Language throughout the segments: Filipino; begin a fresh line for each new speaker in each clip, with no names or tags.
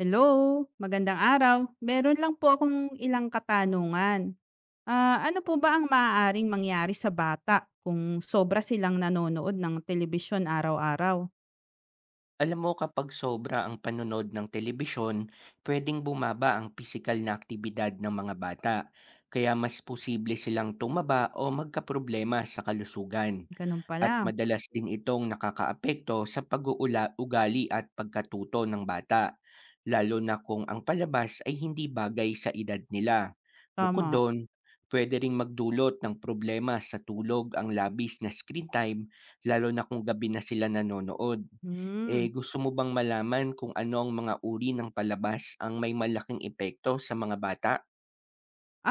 Hello, magandang araw. Meron lang po akong ilang katanungan. Ano po ba ang maaaring mangyari sa bata kung sobra silang nanonood ng telebisyon araw-araw?
Alam mo kapag sobra ang panonood ng telebisyon, pwedeng bumaba ang pisikal na aktibidad ng mga bata, kaya mas posible silang tumaba o magkaproblema sa kalusugan.
Ganun
At
pala.
madalas din itong nakakaapekto sa pag-uula ugali at pagkatuto ng bata, lalo na kung ang palabas ay hindi bagay sa edad nila. Bukod
Tama.
doon, pwede ring magdulot ng problema sa tulog ang labis na screen time, lalo na kung gabi na sila nanonood.
Hmm.
Eh, gusto mo bang malaman kung ano ang mga uri ng palabas ang may malaking epekto sa mga bata?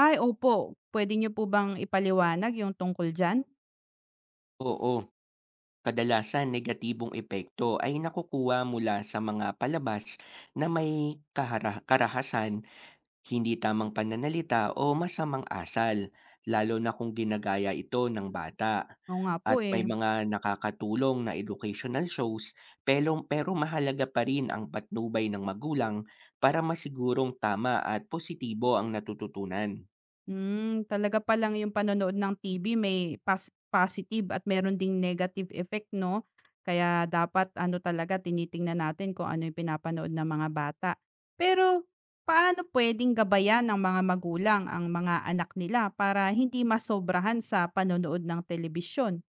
Opo. Pwede niyo po bang ipaliwanag yung tungkol dyan?
Oo. Kadalasan negatibong epekto ay nakukuha mula sa mga palabas na may karahasan, hindi tamang pananalita o masamang asal, lalo na kung ginagaya ito ng bata.
Oo nga po
At
eh.
may mga nakakatulong na educational shows pero mahalaga pa rin ang patnubay ng magulang para masigurong tama at positibo ang natututunan.
Hmm, talaga pa lang yung panonood ng TV may positive at meron ding negative effect, 'no? Kaya dapat ano talaga tinitingnan natin kung ano yung pinapanood ng mga bata. Pero paano puwedeng gabayan ng mga magulang ang mga anak nila para hindi masobrahan sa panonood ng telebisyon?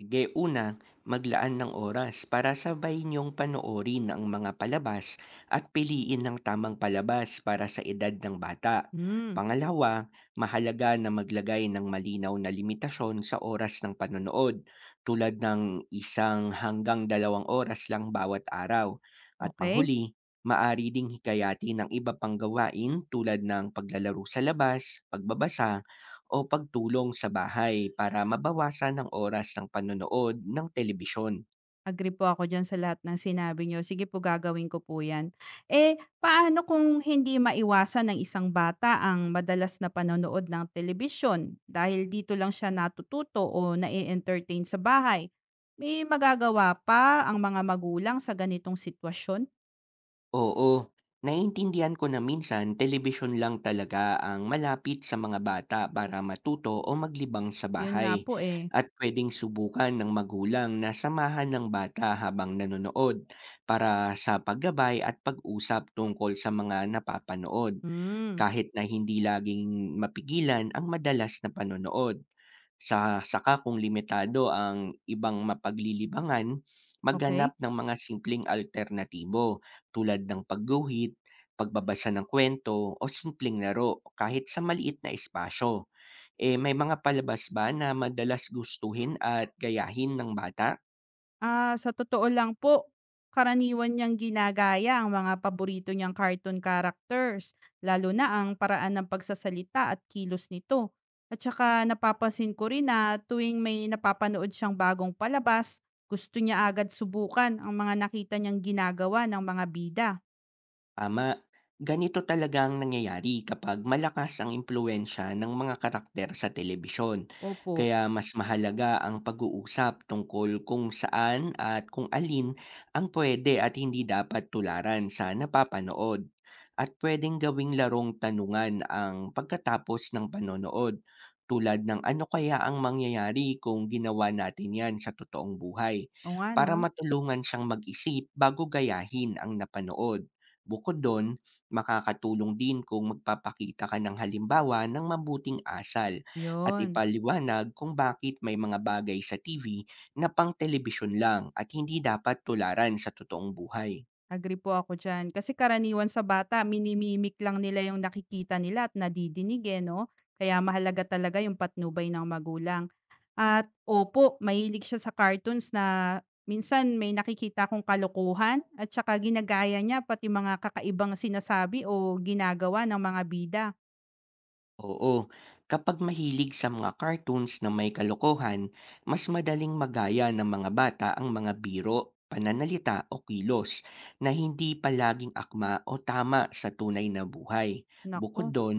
Sige, una, maglaan ng oras para sabay niyong panoorin ang mga palabas at piliin ng tamang palabas para sa edad ng bata.
Hmm,
Pangalawa, mahalaga na maglagay ng malinaw na limitasyon sa oras ng panonood, tulad ng isang hanggang dalawang oras lang bawat araw. At
okay.
panghuli, maari ding hikayati ng iba pang gawain tulad ng paglalaro sa labas, pagbabasa, o pagtulong sa bahay para mabawasan ang oras ng panonood ng telebisyon.
Agree po ako diyan sa lahat ng sinabi niyo. Sige po, gagawin ko po 'yan. Eh, paano kung hindi maiwasan ng isang bata ang madalas na panonood ng telebisyon dahil dito lang siya natututo o nai-entertain sa bahay? May magagawa pa ang mga magulang sa ganitong sitwasyon?
Oo, naiintindihan ko na minsan telebisyon lang talaga ang malapit sa mga bata para matuto o maglibang sa
'Yun nga
bahay.
po eh.
At pwedeng subukan ng magulang na samahan ng bata habang nanonood para sa paggabay at pag-usap tungkol sa mga napapanood
Hmm,
kahit na hindi laging mapigilan ang madalas na panonood. Saka kung limitado ang ibang mapaglilibangan,
okay?
maghanap ng mga simpleng alternatibo tulad ng pagguhit, pagbabasa ng kwento o simpleng laro kahit sa maliit na espasyo. Eh, may mga palabas ba na madalas gustuhin at gayahin ng bata?
Sa totoo lang po, karaniwan niyang ginagaya ang mga paborito niyang cartoon characters, lalo na ang paraan ng pagsasalita at kilos nito. At saka napapansin ko rin na tuwing may napapanood siyang bagong palabas, gusto niya agad subukan ang mga nakita niyang ginagawa ng mga bida.
Tama. Ganito talaga ang nangyayari kapag malakas ang impluwensya ng mga karakter sa telebisyon.
Opo.
Kaya mas mahalaga ang pag-uusap tungkol kung saan at kung alin ang pwede at hindi dapat tularan sa napapanood. At pwedeng gawing larong tanungan ang pagkatapos ng panonood tulad ng ano kaya ang mangyayari kung ginawa natin yan sa totoong buhay
O nga, no?
para matulungan siyang mag-isip bago gayahin ang napanood. Bukod do'n, makakatulong din kung magpapakita ka ng halimbawa ng mabuting asal at
Yun.
ipaliwanag kung bakit may mga bagay sa TV na pang-telebisyon lang at hindi dapat tularan sa totoong buhay.
Agree po ako diyan. Kasi karaniwan sa bata minimimik lang nila yung nakikita nila at nadidinig eh, 'no? Kaya mahalaga talaga yung patnubay ng magulang. At opo, mahilig siya sa cartoons na minsan may nakikita kong kalokohan at saka ginagaya niya pati mga kakaibang sinasabi o ginagawa ng mga bida.
Oo, kapag mahilig sa mga cartoons na may kalokohan, mas madaling magaya ng mga bata ang mga biro, pananalita o kilos na hindi palaging akma o tama sa tunay na buhay.
Naku,
Bukod doon,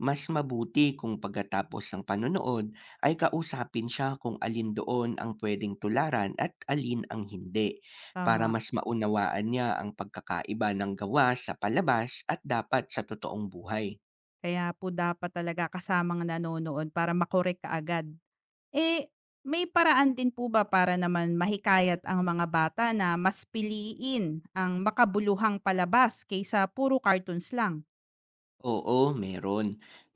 mas mabuti kung pagkatapos ng panonood ay kausapin siya kung alin doon ang pwedeng tularan at alin ang hindi para
tama.
mas maunawaan niya ang pagkakaiba ng gawa sa palabas at dapat sa totoong buhay.
Kaya po dapat talaga kasamang nanonood para makorek ka agad. Eh, may paraan din po ba para naman mahikayat ang mga bata na mas piliin ang makabuluhang palabas kaysa puro cartoons lang?
Oo, meron.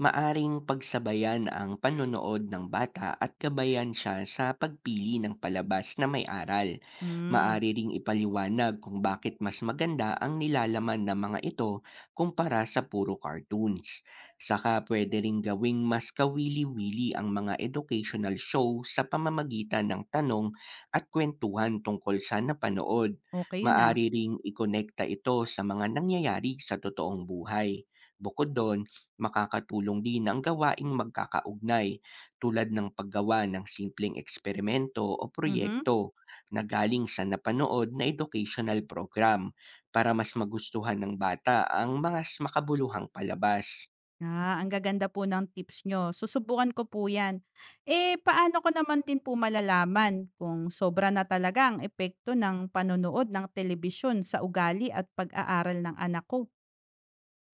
Maaring pagsabayan ang panonood ng bata at gabayan siya sa pagpili ng palabas na may aral.
Hmm,
Maari ring ipaliwanag kung bakit mas maganda ang nilalaman ng mga ito kumpara sa puro cartoons. Saka pwede ring gawing mas kawili-wili ang mga educational show sa pamamagitan ng tanong at kwentuhan tungkol sa napanood.
okey yun, ah.
Maari ring ikonekta ito sa mga nangyayari sa totoong buhay. Bukod do'n, makakatulong din ang gawaing magkakaugnay tulad ng paggawa ng simpleng eksperimento o
Mhm.
proyekto na galing sa napanood na educational program para mas magustuhan ng bata ang mas makabuluhang palabas.
Ang gaganda po ng tips niyo, susubukan ko po yan. Eh, paano ko naman din po malalaman kung sobra na talaga ang epekto ng panonood ng telebisyon sa ugali at pag-aaral ng anak ko?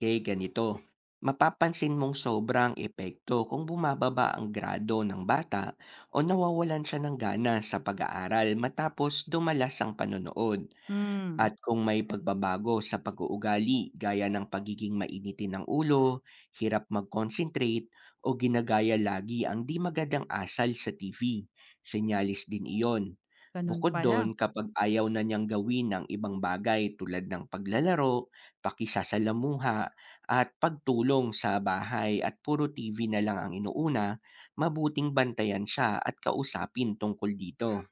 Kaya ganito, mapapansin mong sobrang epekto kung bumababa ang grado ng bata o nawawalan siya ng gana sa pag-aaral matapos dumalas ang panonood. At
Hmm,
kung may pagbabago sa pag-uugali gaya ng pagiging mainitin ng ulo, hirap mag-concentrate o ginagaya lagi ang di magandang asal sa TV, senyalis din iyon.
ganun
Bukod
pala.
doon, kapag ayaw na niyang gawin ang ibang bagay tulad ng paglalaro, pakisasalamuha, at pagtulong sa bahay at puro TV na lang ang inuuna, mabuting bantayan siya at kausapin tungkol dito.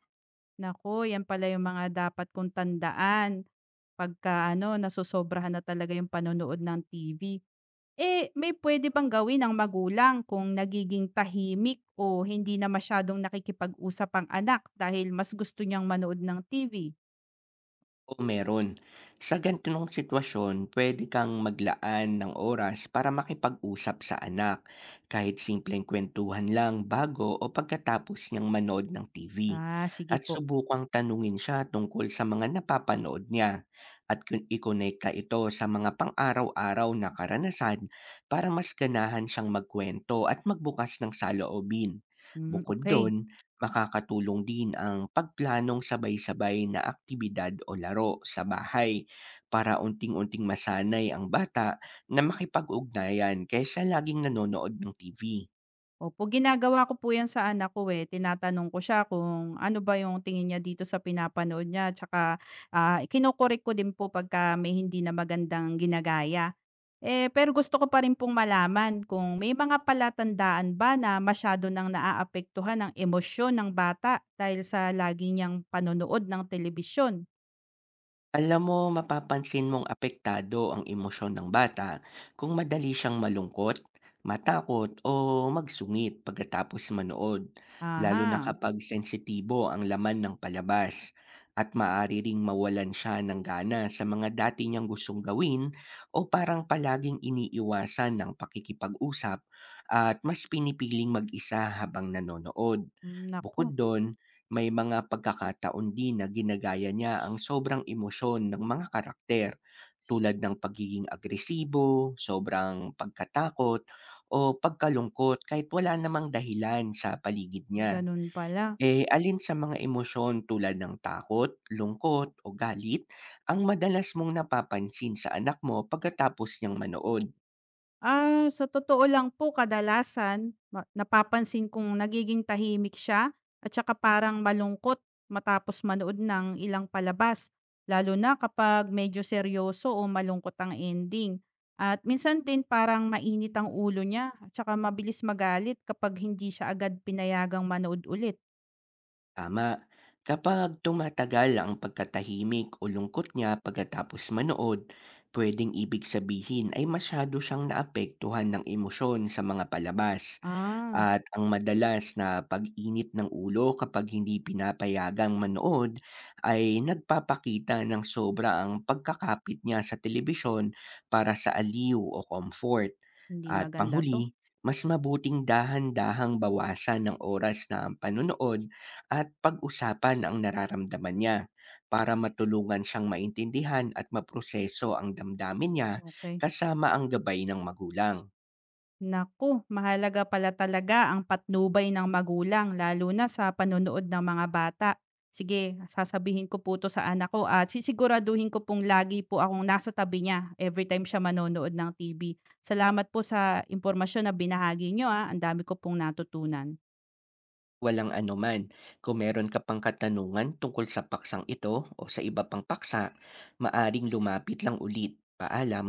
Naku, yan pala yung mga dapat kong tandaan pagka ano, nasosobrahan na talaga yung panonood ng TV. Eh, may pwede bang gawin ng magulang kung nagiging tahimik o hindi na masyadong nakikipag-usap ang anak dahil mas gusto niyang manood ng TV?
Oo, meron. Sa ganitong sitwasyon, pwede kang maglaan ng oras para makipag-usap sa anak, kahit simpleng kwentuhan lang bago o pagkatapos niyang manood ng TV.
Sige
At
po.
subukang tanungin siya tungkol sa mga napapanood niya at ikonekta ito sa mga pang-araw-araw na karanasan para mas ganahan siyang magkwento at magbukas ng saloobin.
Mm,
Bukod
okay.
doon, makakatulong din ang pagplanong sabay-sabay na aktibidad o laro sa bahay para unting-unting masanay ang bata na makipag-ugnayan kaysa laging nanonood ng TV.
Opo, ginagawa ko po 'yan sa anak ko, eh. Tinatanong ko siya kung ano ba yung tingin niya dito sa pinapanood niya tsaka, kino ko din po pagka may hindi na magandang ginagaya. Eh, pero gusto ko pa rin pong malaman kung may mga palatandaan ba na masyado ng naaapektuhan ang emosyon ng bata dahil sa lagi niyang panonood ng telebisyon?
Alam mo, mapapansin mong apektado ang emosyon ng bata kung madali siyang malungkot, matakot o magsungit pagkatapos manood, lalo na
Aha.
kapag sensitibo ang laman ng palabas at maaari ring mawalan siya ng gana sa mga dati niyang gustong gawin o parang palaging iniiwasan ng pakikipag-usap at mas pinipiling mag-isa habang nanonood.
Hmm. Naku,
Bukod doon, may mga pagkakataon din na ginagaya niya ang sobrang emosyon ng mga karakter, tulad ng pagiging agresibo, sobrang pagkatakot, o pagkalungkot kahit wala namang dahilan sa paligid niya.
gano'n pala.
Eh, alin sa mga emosyon tulad ng takot, lungkot, o galit ang madalas mong napapansin sa anak mo pagkatapos niyang manood?
Sa totoo lang po kadalasan ma napapansin kong nagiging tahimik siya at saka parang malungkot matapos manood ng ilang palabas, lalo na kapag medyo seryoso o malungkot ang ending. At minsan din parang mainit ang ulo niya at saka mabilis magalit kapag hindi siya agad pinayagang manood ulit.
Tama. Kapag tumatagal ang pagkatahimik o lungkot niya pagkatapos manood, pwedeng ibig sabihin ay masyado siyang naapektuhan ng emosyon sa mga palabas.
Ah,
At ang madalas na pag-init ng ulo kapag hindi pinapayagang manood ay nagpapakita ng sobra ang pagkakapit niya sa telebisyon para sa aliw o comfort.
Hindi
At
maganda
panghuli,
'to,
mas mabuting dahan-dahang bawasan ng oras na panonood at pag-usapan ang nararamdaman niya para matulungan siyang maintindihan at maproseso ang damdamin niya
okay.
kasama ang gabay ng magulang.
Naku, mahalaga pala talaga ang patnubay ng magulang lalo na sa panonood ng mga bata. Sige, sasabihin ko po 'to sa anak ko at sisiguraduhin ko pong lagi po akong nasa tabi niya every time siya manonood ng TV. Salamat po sa impormasyon na binahagi niyo, ang dami ko pong natutunan.
Walang anuman. Kung meron ka pang katanungan tungkol sa paksang ito o sa iba pang paksa, maaring lumapit lang ulit. Paalam.